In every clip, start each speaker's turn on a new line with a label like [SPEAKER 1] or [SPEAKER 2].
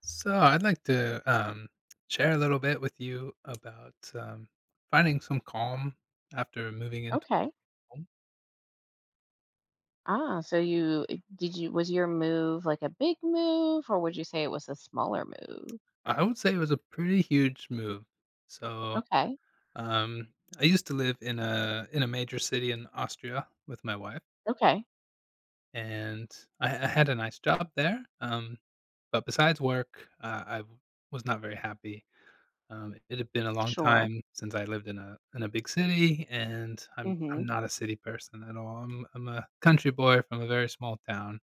[SPEAKER 1] So I'd like to share a little bit with you about finding some calm after moving into
[SPEAKER 2] Okay.
[SPEAKER 1] a home.
[SPEAKER 2] Ah, so you eh, did you was your move like a big move or would you say it was a smaller move?
[SPEAKER 1] I would say it was a pretty huge move. So
[SPEAKER 2] Okay.
[SPEAKER 1] um, I used to live in a major city in Austria with my wife,
[SPEAKER 2] Okay.
[SPEAKER 1] and I had a nice job there. But besides work, was not very happy. It had been a long
[SPEAKER 2] Sure.
[SPEAKER 1] time since I lived in a big city, and I'm
[SPEAKER 2] Mhm.
[SPEAKER 1] not a city person at all. I'm a country boy from a very small town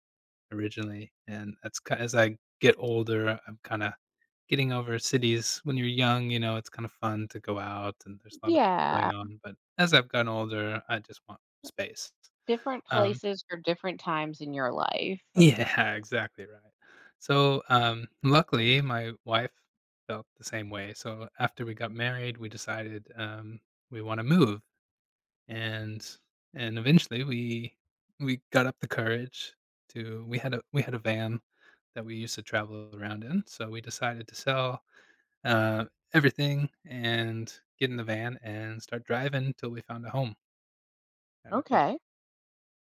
[SPEAKER 1] originally, and that's ki as I get older, I'm kinda getting over cities. When you're young, you know, it's kinda fun to go out, and there's a lot of things
[SPEAKER 2] Yeah,
[SPEAKER 1] going on, but as I've gotten older, I just want space.
[SPEAKER 2] different
[SPEAKER 1] Um
[SPEAKER 2] places for different times in your life.
[SPEAKER 1] yeah, exactly right. So, luckily, my wife felt the same way. So after we got married, we decided we want to move, and eventually we got up the courage to we had a van that we used to travel around in. So we decided to sell uh, everything and get in the van and start driving till we found a home, kind of thing.
[SPEAKER 2] Okay.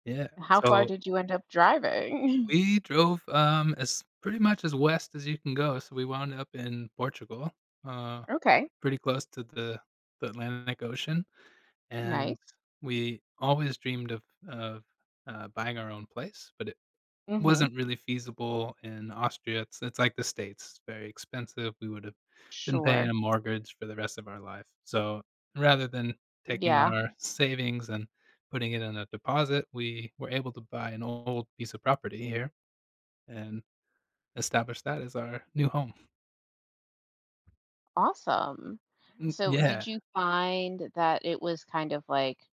[SPEAKER 1] Yeah.
[SPEAKER 2] How far
[SPEAKER 1] So
[SPEAKER 2] did you end up driving?
[SPEAKER 1] we drove, as pretty much as west as you can go, so we wound up in Portugal, uh,
[SPEAKER 2] Okay.
[SPEAKER 1] pretty close to the Atlantic Ocean, and
[SPEAKER 2] Nice.
[SPEAKER 1] we always dreamed of of, buying our own place, but it
[SPEAKER 2] Mhm.
[SPEAKER 1] wasn't really feasible in Austria. It's like the States, it's very expensive. We would've been paying
[SPEAKER 2] Sure.
[SPEAKER 1] a mortgage for the rest of our life, so rather than taking
[SPEAKER 2] Yeah.
[SPEAKER 1] our savings and putting it in a deposit, we were able to buy an old piece of property here and establish that as our new home.
[SPEAKER 2] Awesome.
[SPEAKER 1] Mm,
[SPEAKER 2] So did
[SPEAKER 1] yeah,
[SPEAKER 2] you find that it was kind of like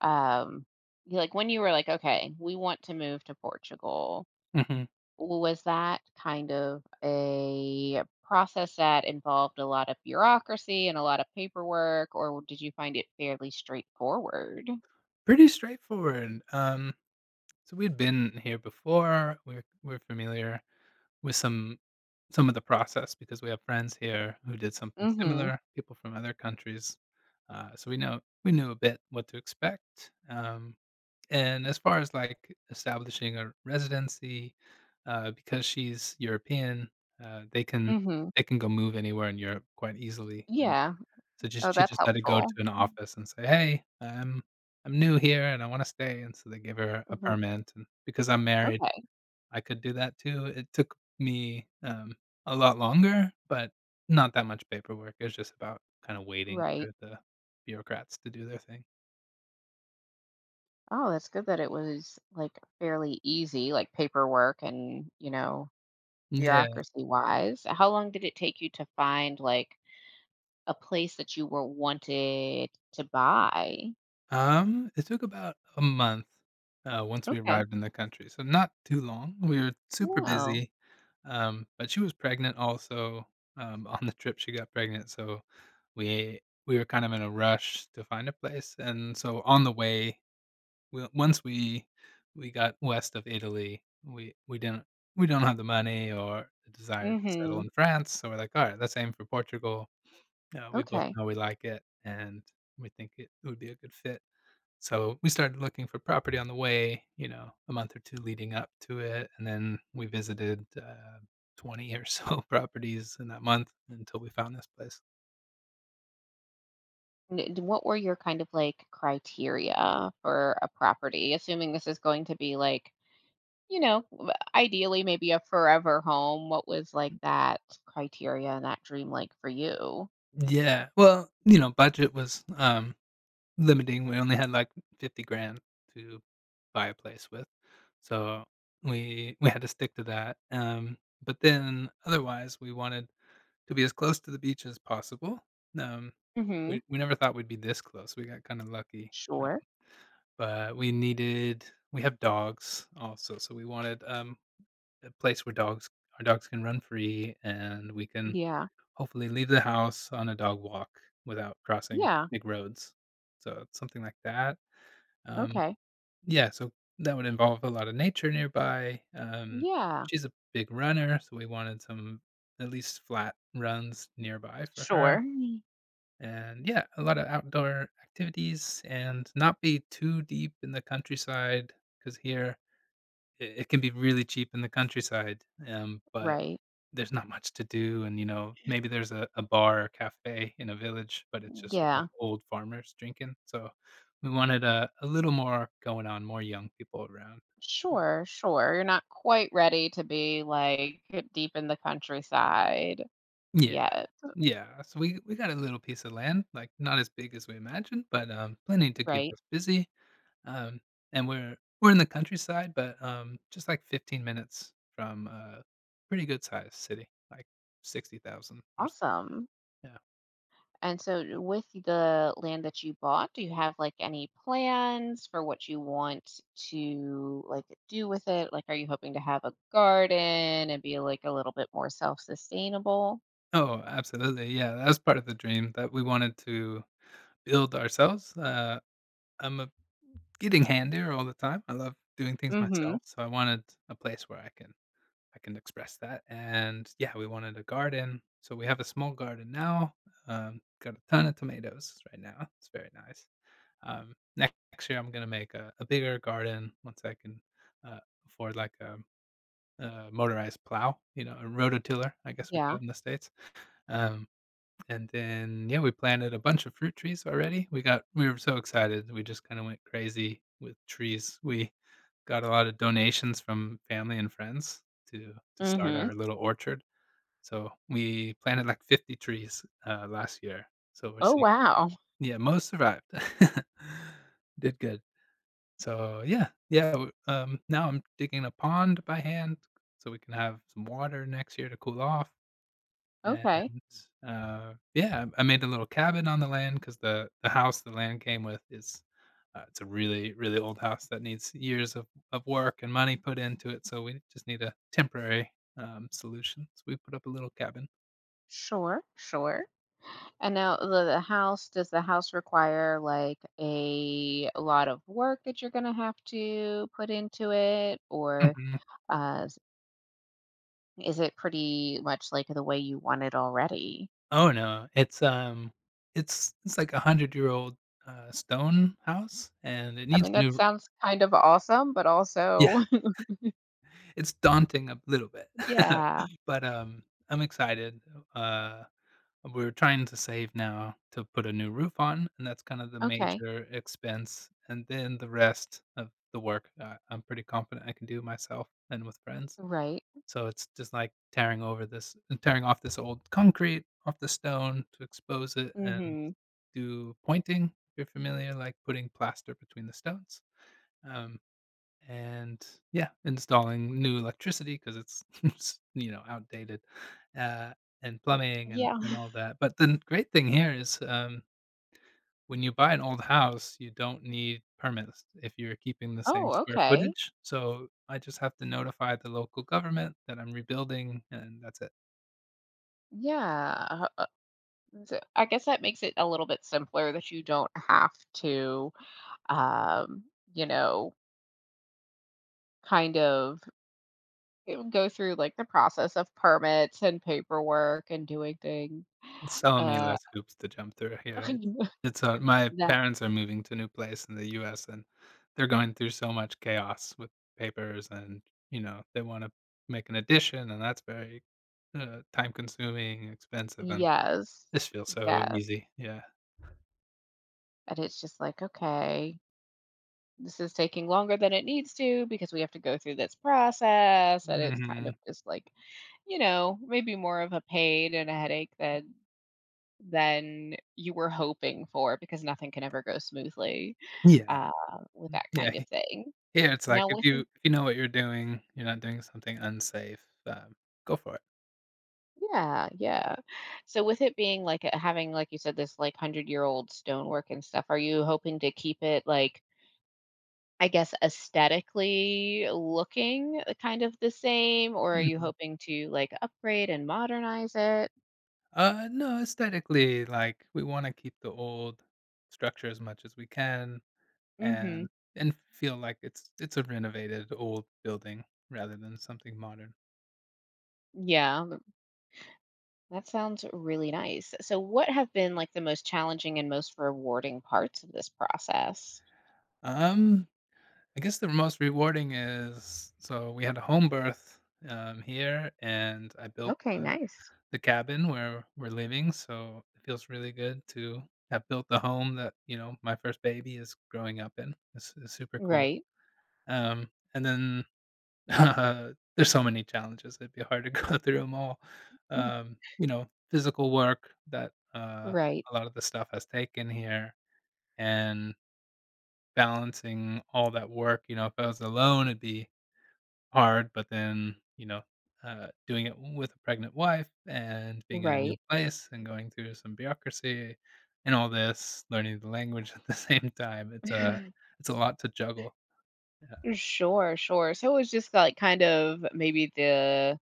[SPEAKER 2] um like when you were like, okay, we want to move to Portugal.
[SPEAKER 1] mhm.
[SPEAKER 2] Was that kind of a process that involved a lot of bureaucracy and a lot of paperwork, or did you find it fairly straightforward?
[SPEAKER 1] Pretty straightforward, so we'd been here before. We're familiar with some of the process because we have friends here who did something
[SPEAKER 2] Mhm,
[SPEAKER 1] similar, people from other countries, so we knew a bit what to expect. And as far as, like, establishing a residency, because she's European, uh, they can
[SPEAKER 2] mhm.
[SPEAKER 1] they can go move anywhere in Europe quite easily. And
[SPEAKER 2] Yeah.
[SPEAKER 1] so
[SPEAKER 2] Oh,
[SPEAKER 1] just she
[SPEAKER 2] that's
[SPEAKER 1] just had to go
[SPEAKER 2] helpful.
[SPEAKER 1] to an office and say, "Hey, I'm new here and I wanna stay," and so they gave her a
[SPEAKER 2] Mhm.
[SPEAKER 1] permit, and because I'm married,
[SPEAKER 2] Okay,
[SPEAKER 1] I could do that too. It took me, a lot longer, but not that much paperwork. It was just about kinda waiting for
[SPEAKER 2] right.
[SPEAKER 1] the bureaucrats to do their thing.
[SPEAKER 2] Oh, that's good that it was, like, fairly easy, like, paperwork and,
[SPEAKER 1] Yeah.
[SPEAKER 2] bureaucracy-wise. How long did it take you to find, like, a place that you were wanted to buy?
[SPEAKER 1] It took about a month, once we Oh.
[SPEAKER 2] Okay.
[SPEAKER 1] arrived in the country, so not too long. We were super
[SPEAKER 2] Wow.
[SPEAKER 1] busy, but she was pregnant also. On the trip she got pregnant, so we we were kind of in a rush to find a place, and so on the way, we once we got west of Italy, we didn't we don't have the money or the desire to settle
[SPEAKER 2] Mhm.
[SPEAKER 1] in France, so we're like, "All right, let's aim for Portugal." We both
[SPEAKER 2] Okay.
[SPEAKER 1] know we like it, and we think it would be a good fit. So we started looking for property on the way, you know, a month or 2 leading up to it, and then we visited, 20 or so properties in that month until we found this place.
[SPEAKER 2] What were your kind of like criteria for a property? Assuming this is going to be like, ideally maybe a forever home. What was like that criteria and that dream like for you?
[SPEAKER 1] Yeah, well, you know, budget was, limiting. We only had, like, 50 grand to buy a place with, so we had to stick to that, but then otherwise, we wanted to be as close to the beach as possible. Um,
[SPEAKER 2] Mm-hmm.
[SPEAKER 1] we never thought we'd be this close. We got kinda lucky.
[SPEAKER 2] Sure.
[SPEAKER 1] But we needed we have dogs also, so we wanted a place where dogs our dogs can run free and we can
[SPEAKER 2] Yeah.
[SPEAKER 1] hopefully leave the house on a dog walk without crossing
[SPEAKER 2] Yeah.
[SPEAKER 1] big roads. So something like that. Um
[SPEAKER 2] Okay.
[SPEAKER 1] yeah, so that would involve a lot of nature nearby.
[SPEAKER 2] Yeah.
[SPEAKER 1] She's a big runner, so we wanted some at least flat runs nearby for
[SPEAKER 2] Sure.
[SPEAKER 1] her
[SPEAKER 2] Mm.
[SPEAKER 1] and yeah, a lot of outdoor activities and not be too deep in the countryside because here it can be really cheap in the countryside. But
[SPEAKER 2] Right.
[SPEAKER 1] there's not much to do. And, you know, maybe there's a bar or cafe in a village, but it's just like
[SPEAKER 2] Yeah.
[SPEAKER 1] old farmers drinking. So we wanted a little more going on, more young people around.
[SPEAKER 2] Sure. Sure. You're not quite ready to be like deep in the countryside
[SPEAKER 1] Yeah.
[SPEAKER 2] yet.
[SPEAKER 1] Yeah. So we got a little piece of land, like not as big as we imagined, but plenty to keep
[SPEAKER 2] Right.
[SPEAKER 1] us busy. Um, and we're in the countryside, but, just, like, 15 minutes from a pretty good-sized city, like 60,000 or so.
[SPEAKER 2] Awesome.
[SPEAKER 1] Yeah.
[SPEAKER 2] And so, with the land that you bought, do you have like any plans for what you want to like do with it? Like, are you hoping to have a garden and be like a little bit more self-sustainable?
[SPEAKER 1] Oh, absolutely, yeah, that was part of the dream that we wanted to build ourselves. I'm a getting handier all the time. I love doing things
[SPEAKER 2] Mm-hmm.
[SPEAKER 1] myself, so I wanted a place where I can express that, and, yeah, we wanted a garden, so we have a small garden now, got a ton of tomatoes right now, it's very nice. Next year, I'm gonna make a bigger garden once I can uh, afford like a motorized plow, you know, a rototiller, I guess we
[SPEAKER 2] Yeah.
[SPEAKER 1] call it in the States. Um, and then yeah, we planted a bunch of fruit trees already. We were so excited. We just kind of went crazy with trees. We got a lot of donations from family and friends to start
[SPEAKER 2] Mm-hmm.
[SPEAKER 1] our little orchard. So we planted like 50 trees last year. So we're
[SPEAKER 2] Oh,
[SPEAKER 1] seeing,
[SPEAKER 2] wow.
[SPEAKER 1] yeah, most survived. Did good. So, yeah, yeah, w now I'm digging a pond by hand so we can have some water next year to cool off, and,
[SPEAKER 2] Okay.
[SPEAKER 1] yeah, I made a little cabin on the land because the land came with is, it's a really, really old house that needs years of work and money put into it, so we just need a temporary, solution, so we put up a little cabin.
[SPEAKER 2] Sure, sure. And now the house, does the house require like a lot of work that you're gonna have to put into it, or
[SPEAKER 1] Mhm.
[SPEAKER 2] uh, is it pretty much like the way you want it already?
[SPEAKER 1] Oh, no, it's, it's like a 100-year-old, stone house, and it
[SPEAKER 2] I
[SPEAKER 1] needs
[SPEAKER 2] mean,
[SPEAKER 1] a
[SPEAKER 2] that
[SPEAKER 1] new.
[SPEAKER 2] sounds kind of awesome, but
[SPEAKER 1] Yeah.
[SPEAKER 2] also
[SPEAKER 1] It's daunting a little bit,
[SPEAKER 2] Yeah.
[SPEAKER 1] but, I'm excited. Uh, we're trying to save now to put a new roof on, and that's kind of the
[SPEAKER 2] Okay.
[SPEAKER 1] major expense, and then the rest of the work, I'm pretty confident I can do myself and with friends.
[SPEAKER 2] Right.
[SPEAKER 1] So it's just like tearing off this old concrete, off the stone to expose it and
[SPEAKER 2] Mhm.
[SPEAKER 1] do pointing, if you're familiar, like putting plaster between the stones. Um and yeah, installing new electricity because it's you know outdated, uh, and plumbing and
[SPEAKER 2] Yeah.
[SPEAKER 1] all that. But the great thing here is when you buy an old house, you don't need permits if you're keeping the same
[SPEAKER 2] Oh,
[SPEAKER 1] square
[SPEAKER 2] okay.
[SPEAKER 1] footage. So I just have to notify the local government that I'm rebuilding, and that's it.
[SPEAKER 2] Yeah. So I guess that makes it a little bit simpler that you don't have to, um, you know, kind of go through like the process of permits and paperwork and doing things.
[SPEAKER 1] So many
[SPEAKER 2] Uh,
[SPEAKER 1] less hoops to jump through here. It's, my
[SPEAKER 2] that
[SPEAKER 1] parents are moving to a new place in the US, and they're going through so much chaos with papers and, you know, they wanna make an addition, and that's very, time-consuming, expensive, and this
[SPEAKER 2] Yes.
[SPEAKER 1] feels so
[SPEAKER 2] Yes.
[SPEAKER 1] easy. Yeah.
[SPEAKER 2] And it's just like, okay, this is taking longer than it needs to because we have to go through this process. And it's kind of
[SPEAKER 1] Mhm.
[SPEAKER 2] just like, maybe more of a pain and a headache than you were hoping for because nothing can ever go smoothly
[SPEAKER 1] Yeah.
[SPEAKER 2] uh, with that
[SPEAKER 1] Yeah.
[SPEAKER 2] kind of
[SPEAKER 1] He
[SPEAKER 2] thing.
[SPEAKER 1] Here, it's like,
[SPEAKER 2] Now with it-
[SPEAKER 1] if you know what you're doing, you're not doing something unsafe, go for it.
[SPEAKER 2] yeah, yeah. So with it being having like you said this like 100-year-old stonework and stuff, are you hoping to keep it like I guess, aesthetically looking kind of the same, or are you
[SPEAKER 1] Mhm.
[SPEAKER 2] hoping to, like, upgrade and modernize it?
[SPEAKER 1] No, aesthetically, like, we wanna keep the old structure as much as we can
[SPEAKER 2] Mhm.
[SPEAKER 1] and feel like it's a renovated old building rather than something modern.
[SPEAKER 2] Yeah, that sounds really nice. So what have been, like, the most challenging and most rewarding parts of this process?
[SPEAKER 1] Um, I guess the most rewarding is so we had a home birth, here, and I built
[SPEAKER 2] Okay, nice.
[SPEAKER 1] the cabin where we're living, so it feels really good to have built the home that, you know, my first baby is growing up in. It's super cool.
[SPEAKER 2] Right.
[SPEAKER 1] And then there's so many challenges, it'd be hard to go through them all.
[SPEAKER 2] Mm.
[SPEAKER 1] You know, physical work that,
[SPEAKER 2] Right.
[SPEAKER 1] a lot of the stuff has taken here and balancing all that work, you know, if I was alone, it'd be hard, but then, you know, doing it with a pregnant wife and being in a new
[SPEAKER 2] Right.
[SPEAKER 1] place and going through some bureaucracy and all this, learning the language at the same time, it's a lot to juggle. Yeah.
[SPEAKER 2] Sure, sure. So it was just, like, kind of maybe the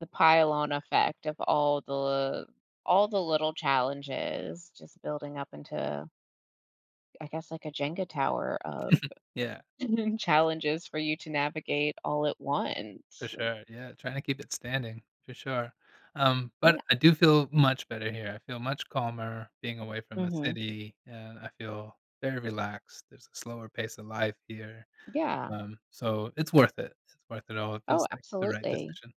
[SPEAKER 2] The pile-on effect of all the little challenges just building up into, I guess, like a Jenga tower of
[SPEAKER 1] Yeah.
[SPEAKER 2] challenges for you to navigate all at
[SPEAKER 1] For
[SPEAKER 2] once.
[SPEAKER 1] sure, yeah, trying to keep it standing, for sure,
[SPEAKER 2] Yeah.
[SPEAKER 1] but I do feel much better here, I feel much calmer being away from a
[SPEAKER 2] Mhm.
[SPEAKER 1] city, and I feel very relaxed, there's a slower pace of life here,
[SPEAKER 2] Yeah.
[SPEAKER 1] so it's worth it all, it feels
[SPEAKER 2] Oh,
[SPEAKER 1] like the right
[SPEAKER 2] absolutely.
[SPEAKER 1] decision.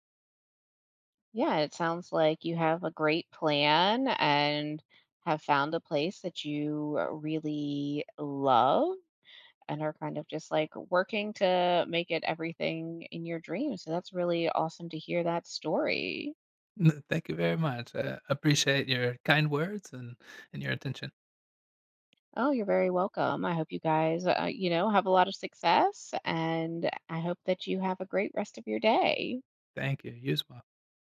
[SPEAKER 2] Yeah, it sounds like you have a great plan and have found a place that you really love and are kind of just, like, working to make it everything in your dreams, so that's really awesome to hear that story.
[SPEAKER 1] N Thank you very much, I appreciate your kind words and your attention.
[SPEAKER 2] Oh, you're very welcome. I hope you guys, have a lot of success and I hope that you have a great rest of your day.
[SPEAKER 1] Thank you, you as well.